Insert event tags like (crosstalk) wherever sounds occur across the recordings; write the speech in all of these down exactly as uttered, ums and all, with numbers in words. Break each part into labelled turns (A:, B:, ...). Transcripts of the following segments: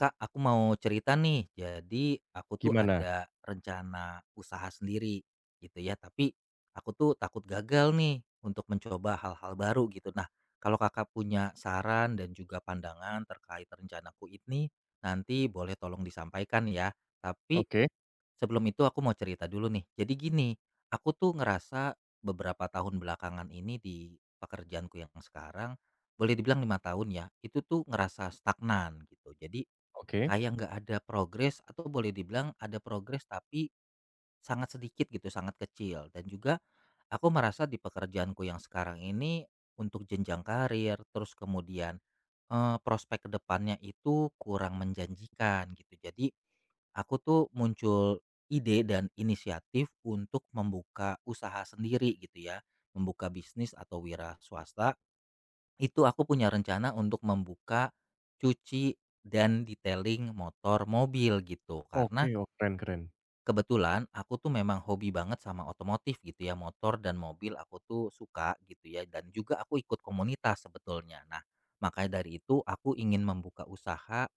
A: Kak, aku mau cerita nih. Jadi aku tuh
B: Gimana?
A: ada rencana usaha sendiri gitu ya, tapi aku tuh takut gagal nih untuk mencoba hal-hal baru gitu. Nah, kalau Kakak punya saran dan juga pandangan terkait rencanaku ini, nanti boleh tolong disampaikan ya. Tapi
B: Oke
A: sebelum itu aku mau cerita dulu nih. Jadi gini, aku tuh ngerasa beberapa tahun belakangan ini di pekerjaanku yang sekarang boleh dibilang lima tahun ya, itu tuh ngerasa stagnan gitu. Jadi
B: oke
A: Kayak nggak ada progres atau boleh dibilang ada progres tapi sangat sedikit gitu, sangat kecil dan juga aku merasa di pekerjaanku yang sekarang ini untuk jenjang karir, terus kemudian, eee, prospek kedepannya itu kurang menjanjikan gitu. Jadi aku tuh muncul ide dan inisiatif untuk membuka usaha sendiri gitu ya, membuka bisnis atau wira swasta itu aku punya rencana untuk membuka cuci dan detailing motor mobil gitu,
B: oke,
A: karena
B: oh, keren keren.
A: kebetulan aku tuh memang hobi banget sama otomotif gitu ya, motor dan mobil aku tuh suka gitu ya, dan juga aku ikut komunitas sebetulnya. Nah, makanya dari itu aku ingin membuka usaha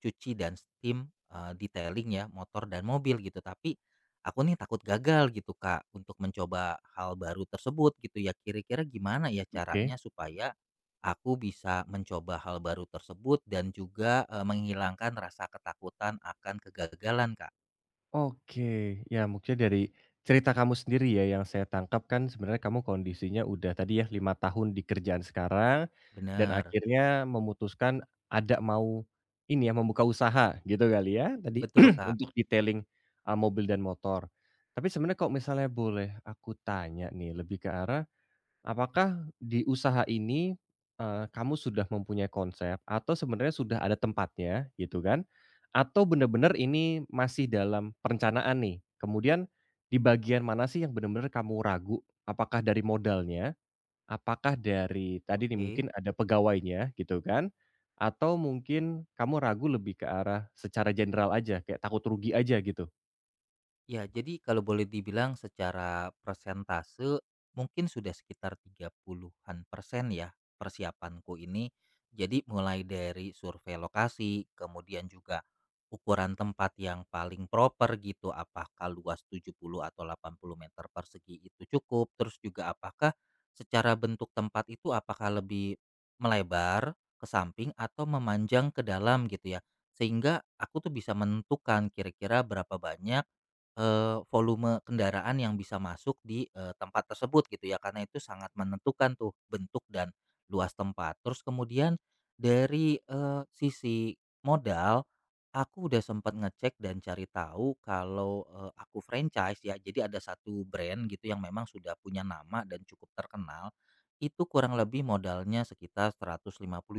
A: cuci dan steam, eee, detailing ya motor dan mobil gitu. Tapi aku nih takut gagal gitu, Kak, untuk mencoba hal baru tersebut gitu ya. Kira-kira gimana ya
B: Oke
A: caranya supaya aku bisa mencoba hal baru tersebut dan juga, eee, menghilangkan rasa ketakutan akan kegagalan, Kak?
B: oke. Ya mungkin dari cerita kamu sendiri ya yang saya tangkap kan sebenarnya kamu kondisinya udah tadi ya lima tahun di kerjaan sekarang dan
A: Bener,
B: akhirnya memutuskan ada mau ini ya membuka usaha gitu kali ya tadi
A: betul,
B: (clears throat)
A: Kak.
B: untuk detailing, eee, mobil dan motor. Tapi sebenarnya kok misalnya boleh aku tanya nih lebih ke arah apakah di usaha ini, eee, kamu sudah mempunyai konsep atau sebenarnya sudah ada tempatnya gitu kan? Atau benar-benar ini masih dalam perencanaan nih? Kemudian di bagian mana sih yang benar-benar kamu ragu? Apakah dari modalnya? Apakah dari tadi nih
A: Oke.
B: mungkin ada pegawainya gitu kan? Atau mungkin kamu ragu lebih ke arah secara general aja, kayak takut rugi aja gitu?
A: Ya, jadi kalau boleh dibilang secara persentase mungkin sudah sekitar tiga puluhan persen ya persiapanku ini. Jadi mulai dari survei lokasi, kemudian juga ukuran tempat yang paling proper gitu, apakah luas tujuh puluh atau delapan puluh meter persegi itu cukup, terus juga apakah secara bentuk tempat itu apakah lebih melebar ke samping atau memanjang ke dalam gitu ya. Sehingga aku tuh bisa menentukan kira-kira berapa banyak Eee, volume kendaraan yang bisa masuk di, eee, tempat tersebut gitu ya, karena itu sangat menentukan tuh bentuk dan luas tempat. Terus kemudian dari, eee, sisi modal, aku udah sempat ngecek dan cari tahu kalau, eee, aku franchise ya, jadi ada satu brand gitu yang memang sudah punya nama dan cukup terkenal, itu kurang lebih modalnya sekitar rp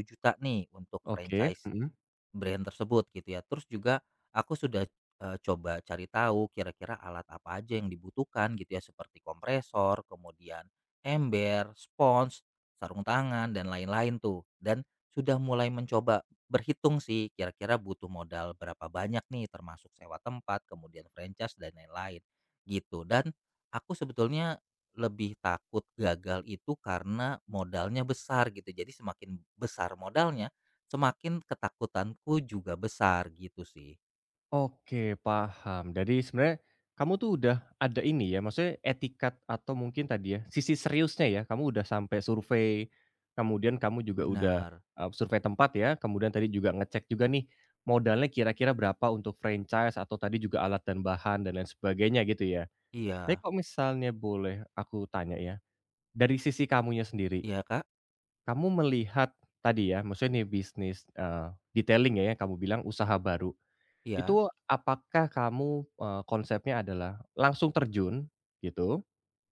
A: juta nih untuk
B: Oke,
A: franchise.
B: mhm.
A: Brand tersebut gitu ya. Terus juga aku sudah, eee, coba cari tahu kira-kira alat apa aja yang dibutuhkan gitu ya, seperti kompresor, kemudian ember, spons, sarung tangan, dan lain-lain tuh. Dan sudah mulai mencoba berhitung sih kira-kira butuh modal berapa banyak nih, termasuk sewa tempat, kemudian franchise, dan lain-lain gitu. Dan aku sebetulnya lebih takut gagal itu karena modalnya besar gitu. Jadi semakin besar modalnya, Semakin ketakutanku juga besar gitu sih.
B: Oke, paham. Jadi sebenarnya kamu tuh udah ada ini ya, maksudnya etikat atau mungkin tadi ya, sisi seriusnya ya, kamu udah sampai survei, kemudian kamu juga udah,
A: Benar.
B: eee, survei tempat ya, kemudian tadi juga ngecek juga nih, modalnya kira-kira berapa untuk franchise atau tadi juga alat dan bahan dan lain sebagainya gitu ya. Tapi
A: Iya,
B: kok misalnya boleh aku tanya ya, dari sisi kamunya sendiri,
A: iya Kak,
B: kamu melihat tadi ya, maksudnya nih bisnis, eee, detailing ya yang kamu bilang usaha baru.
A: iya,
B: Itu apakah kamu, eee, konsepnya adalah langsung terjun gitu,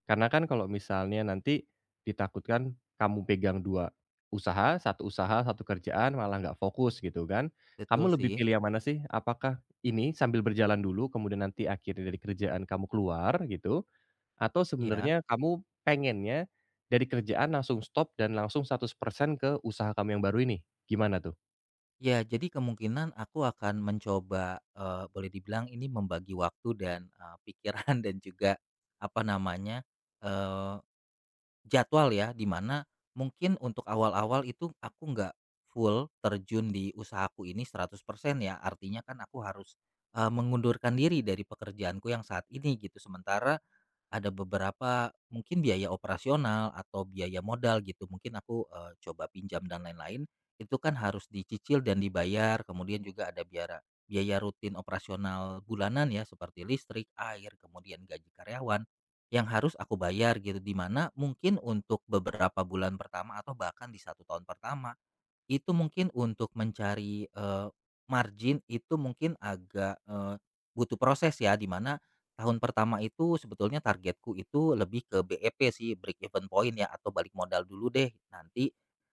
B: karena kan kalau misalnya nanti ditakutkan kamu pegang dua usaha, satu usaha, satu kerjaan malah nggak fokus gitu kan. Kamu
A: betul
B: lebih
A: sih,
B: pilih yang mana sih? Apakah ini sambil berjalan dulu kemudian nanti akhirnya dari kerjaan kamu keluar gitu, atau
A: iya.
B: sebenarnya kamu pengennya dari kerjaan langsung stop dan langsung seratus persen ke usaha kamu yang baru ini? Gimana tuh?
A: Ya, jadi kemungkinan aku akan mencoba, eee, boleh dibilang ini membagi waktu dan, eee, pikiran (laughs) dan juga, apa namanya, eee, jadwal ya, di mana mungkin untuk awal-awal itu aku nggak full terjun di usahaku ini seratus persen ya, artinya kan aku harus, eee, mengundurkan diri dari pekerjaanku yang saat ini gitu. Sementara Ada beberapa mungkin biaya operasional atau biaya modal gitu mungkin aku, eee, coba pinjam dan lain-lain, itu kan harus dicicil dan dibayar, kemudian juga ada biara biaya rutin operasional bulanan ya seperti listrik, air, kemudian gaji karyawan, yang harus aku bayar gitu, di mana mungkin untuk beberapa bulan pertama atau bahkan di satu tahun pertama, itu mungkin untuk mencari, eee, margin itu mungkin agak, eee, butuh proses ya, di mana tahun pertama itu sebetulnya targetku itu lebih ke B E P sih, break even point ya atau balik modal dulu deh, nanti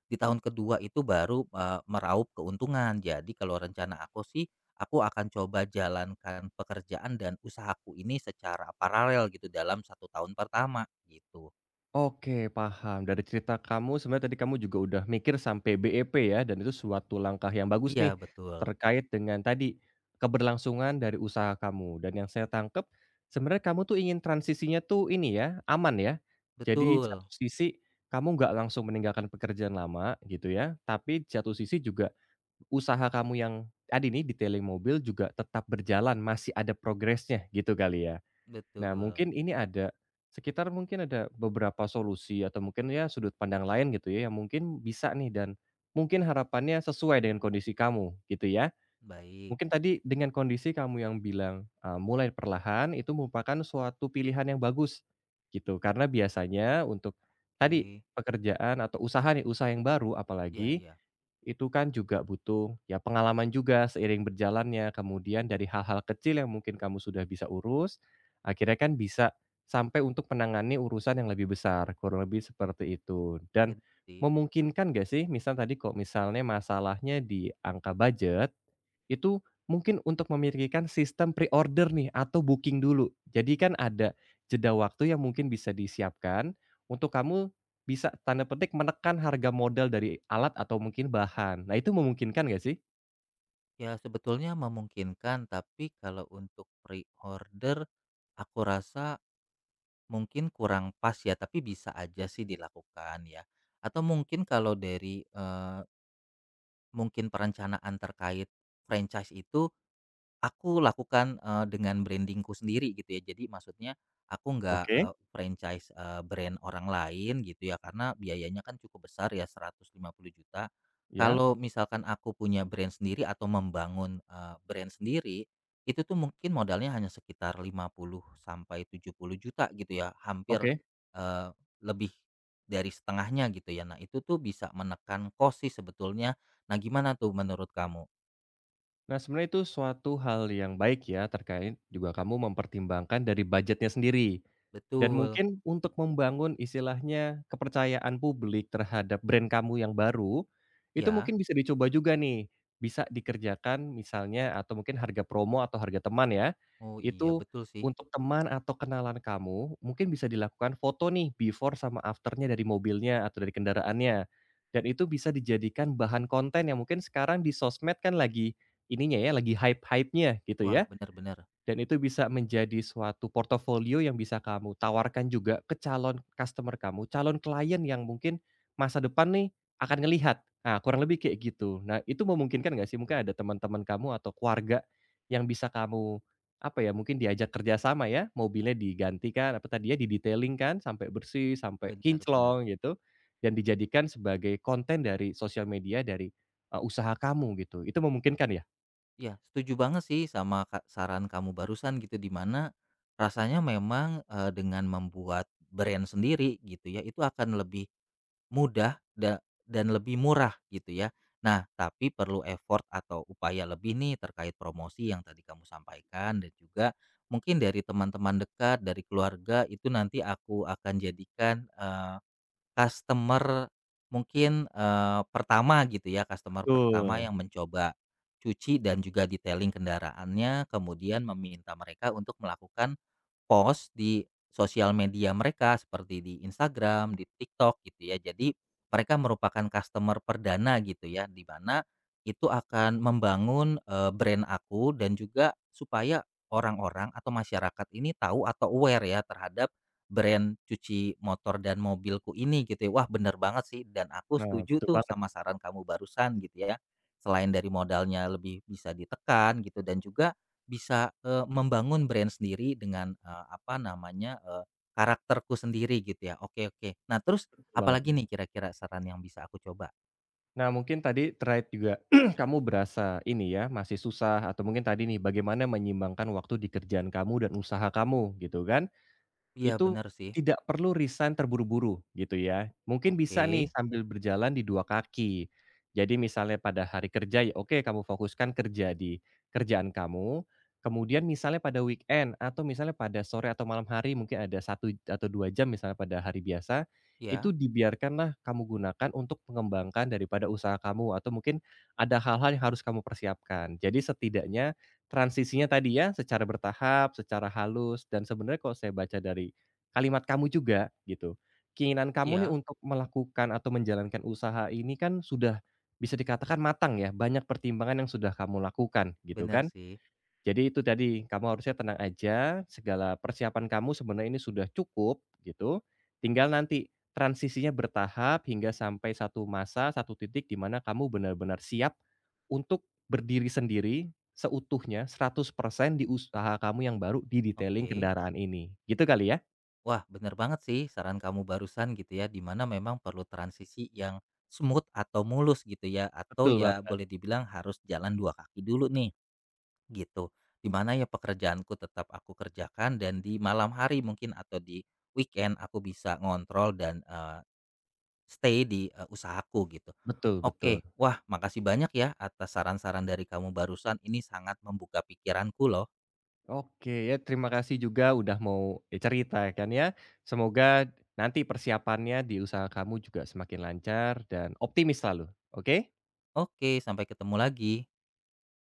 A: di tahun kedua itu baru, eee, meraup keuntungan. Jadi kalau rencana aku sih, aku akan coba jalankan pekerjaan dan usahaku ini secara paralel gitu dalam satu tahun pertama, gitu.
B: Oke, paham. Dari cerita kamu, sebenarnya tadi kamu juga udah mikir sampai B E P ya, dan itu suatu langkah yang bagus nih,
A: Iya betul,
B: terkait dengan tadi, keberlangsungan dari usaha kamu. Dan yang saya tangkep sebenarnya kamu tuh ingin transisinya tuh ini ya, aman ya. Jadi
A: betul
B: satu sisi, kamu nggak langsung meninggalkan pekerjaan lama gitu ya, tapi satu sisi juga usaha kamu yang tadi nih, detailing mobil juga tetap berjalan, masih ada progresnya gitu kali ya? Nah,
A: betul,
B: mungkin ini ada sekitar mungkin ada beberapa solusi atau mungkin ya sudut pandang lain gitu ya, yang mungkin bisa nih dan mungkin harapannya sesuai dengan kondisi kamu gitu ya.
A: baik,
B: Mungkin tadi dengan kondisi kamu yang bilang, eee, mulai perlahan itu merupakan suatu pilihan yang bagus gitu. Karena biasanya untuk tadi
A: oke.
B: pekerjaan atau usaha nih, usaha yang baru
A: Iya
B: apalagi
A: iya,
B: itu kan juga butuh, ya pengalaman juga seiring berjalannya, kemudian dari hal-hal kecil yang mungkin kamu sudah bisa urus, akhirnya kan bisa sampai untuk menangani urusan yang lebih besar, kurang lebih seperti itu. Dan
A: bener sih.
B: memungkinkan nggak sih, misal tadi kok misalnya masalahnya di angka budget, itu mungkin untuk memikirkan sistem pre-order nih atau booking dulu. Jadi kan ada jeda waktu yang mungkin bisa disiapkan untuk kamu bisa tanda petik menekan harga modal dari alat atau mungkin bahan. Nah itu memungkinkan nggak sih?
A: Ya sebetulnya memungkinkan, tapi kalau untuk pre-order aku rasa mungkin kurang pas ya, tapi bisa aja sih dilakukan ya. Atau mungkin kalau dari, eee, mungkin perencanaan terkait franchise itu aku lakukan, eee, dengan brandingku sendiri gitu ya. Jadi maksudnya aku nggak,
B: Oke.
A: eee, franchise, eee, brand orang lain gitu ya, karena biayanya kan cukup besar ya seratus lima puluh juta.
B: Ya.
A: Kalau misalkan aku punya brand sendiri atau membangun, eee, brand sendiri, itu tuh mungkin modalnya hanya sekitar lima puluh sampai tujuh puluh juta gitu ya, hampir,
B: Oke.
A: eee, lebih dari setengahnya gitu ya. Nah itu tuh bisa menekan kos sih sebetulnya. Nah gimana tuh menurut kamu?
B: Nah sebenarnya itu suatu hal yang baik ya terkait juga kamu mempertimbangkan dari budgetnya sendiri. Dan
A: Betul,
B: mungkin untuk membangun istilahnya kepercayaan publik terhadap brand kamu yang baru, itu
A: ya.
B: mungkin bisa dicoba juga nih, bisa dikerjakan misalnya atau mungkin harga promo atau harga teman ya,
A: Oh iya
B: itu
A: betul sih.
B: untuk teman atau kenalan kamu mungkin bisa dilakukan foto nih before sama afternya dari mobilnya atau dari kendaraannya. Dan itu bisa dijadikan bahan konten yang mungkin sekarang di sosmed kan lagi ininya ya, lagi hype-hype-nya gitu
A: Wah
B: ya.
A: benar benar.
B: Dan itu bisa menjadi suatu portofolio yang bisa kamu tawarkan juga ke calon customer kamu, calon klien yang mungkin masa depan nih akan ngelihat. Nah, kurang lebih kayak gitu. Nah, itu memungkinkan nggak sih?
A: Betul.
B: Mungkin ada teman-teman kamu atau keluarga yang bisa kamu, apa ya, mungkin diajak kerjasama ya, mobilnya digantikan, apa tadi ya, di kan, sampai bersih, sampai
A: Benar benar.
B: kinclong gitu, dan dijadikan sebagai konten dari sosial media, dari, eee, usaha kamu gitu. Itu memungkinkan ya?
A: Ya setuju banget sih sama ka- saran kamu barusan gitu di mana rasanya memang eh, dengan membuat brand sendiri gitu ya itu akan lebih mudah da- dan lebih murah gitu ya. Nah, tapi perlu effort atau upaya lebih nih terkait promosi yang tadi kamu sampaikan dan juga mungkin dari teman-teman dekat, dari keluarga itu nanti aku akan jadikan Customer mungkin, eee, pertama gitu ya, customer pertama
B: Betul.
A: yang mencoba cuci dan juga detailing kendaraannya, kemudian meminta mereka untuk melakukan Post di sosial media mereka seperti di Instagram, di TikTok gitu ya. Jadi mereka merupakan customer perdana gitu ya, di mana itu akan membangun, eee, brand aku dan juga supaya orang-orang atau masyarakat ini tahu atau aware ya terhadap brand cuci motor dan mobilku ini gitu ya. Wah bener banget sih dan aku
B: Nah,
A: setuju
B: betul
A: tuh
B: banget
A: sama saran kamu barusan gitu ya. Selain dari modalnya lebih bisa ditekan gitu dan juga bisa, eee, membangun brand sendiri dengan, eee, apa namanya, eee, karakterku sendiri gitu ya. Oke oke. Nah terus
B: betul banget.
A: apalagi nih kira-kira saran yang bisa aku coba?
B: Nah, mungkin tadi terkait juga (clears throat) kamu berasa ini ya, masih susah atau mungkin tadi nih bagaimana menyimbangkan waktu di kerjaan kamu dan usaha kamu gitu kan.
A: Iya
B: Itu
A: bener sih.
B: tidak perlu resign terburu-buru gitu ya. Mungkin bisa nih
A: Oke.
B: sambil berjalan di dua kaki. Jadi misalnya pada hari kerja ya oke kamu fokuskan kerja di kerjaan kamu, kemudian misalnya pada weekend atau misalnya pada sore atau malam hari mungkin ada satu atau dua jam misalnya pada hari biasa,
A: Iya
B: itu dibiarkanlah kamu gunakan untuk mengembangkan daripada usaha kamu atau mungkin ada hal-hal yang harus kamu persiapkan. Jadi setidaknya transisinya tadi ya secara bertahap, secara halus dan sebenarnya kalau saya baca dari kalimat kamu juga gitu. Keinginan kamu nih
A: iya.
B: untuk melakukan atau menjalankan usaha ini kan sudah bisa dikatakan matang ya, banyak pertimbangan yang sudah kamu lakukan gitu
A: Bener
B: kan.
A: sih.
B: Jadi itu tadi, kamu harusnya tenang aja, segala persiapan kamu sebenarnya ini sudah cukup gitu, tinggal nanti transisinya bertahap hingga sampai satu masa, satu titik di mana kamu benar-benar siap untuk berdiri sendiri seutuhnya seratus persen di usaha kamu yang baru di detailing
A: Oke.
B: kendaraan ini, gitu kali ya?
A: Wah bener banget sih saran kamu barusan gitu ya, di mana memang perlu transisi yang smooth atau mulus gitu ya, atau
B: Betul
A: ya
B: banget.
A: boleh dibilang harus jalan dua kaki dulu nih. Gitu. Di mana ya pekerjaanku tetap aku kerjakan dan di malam hari mungkin atau di weekend aku bisa ngontrol dan eh, stay di eh, usahaku gitu.
B: Betul betul.
A: Oke, wah makasih banyak ya atas saran-saran dari kamu barusan. Ini sangat membuka pikiranku loh.
B: Oke, ya terima kasih juga udah mau, eee, cerita ya kan ya. Semoga nanti persiapannya di usaha kamu juga semakin lancar dan optimis selalu, oke?
A: Oke, sampai ketemu lagi.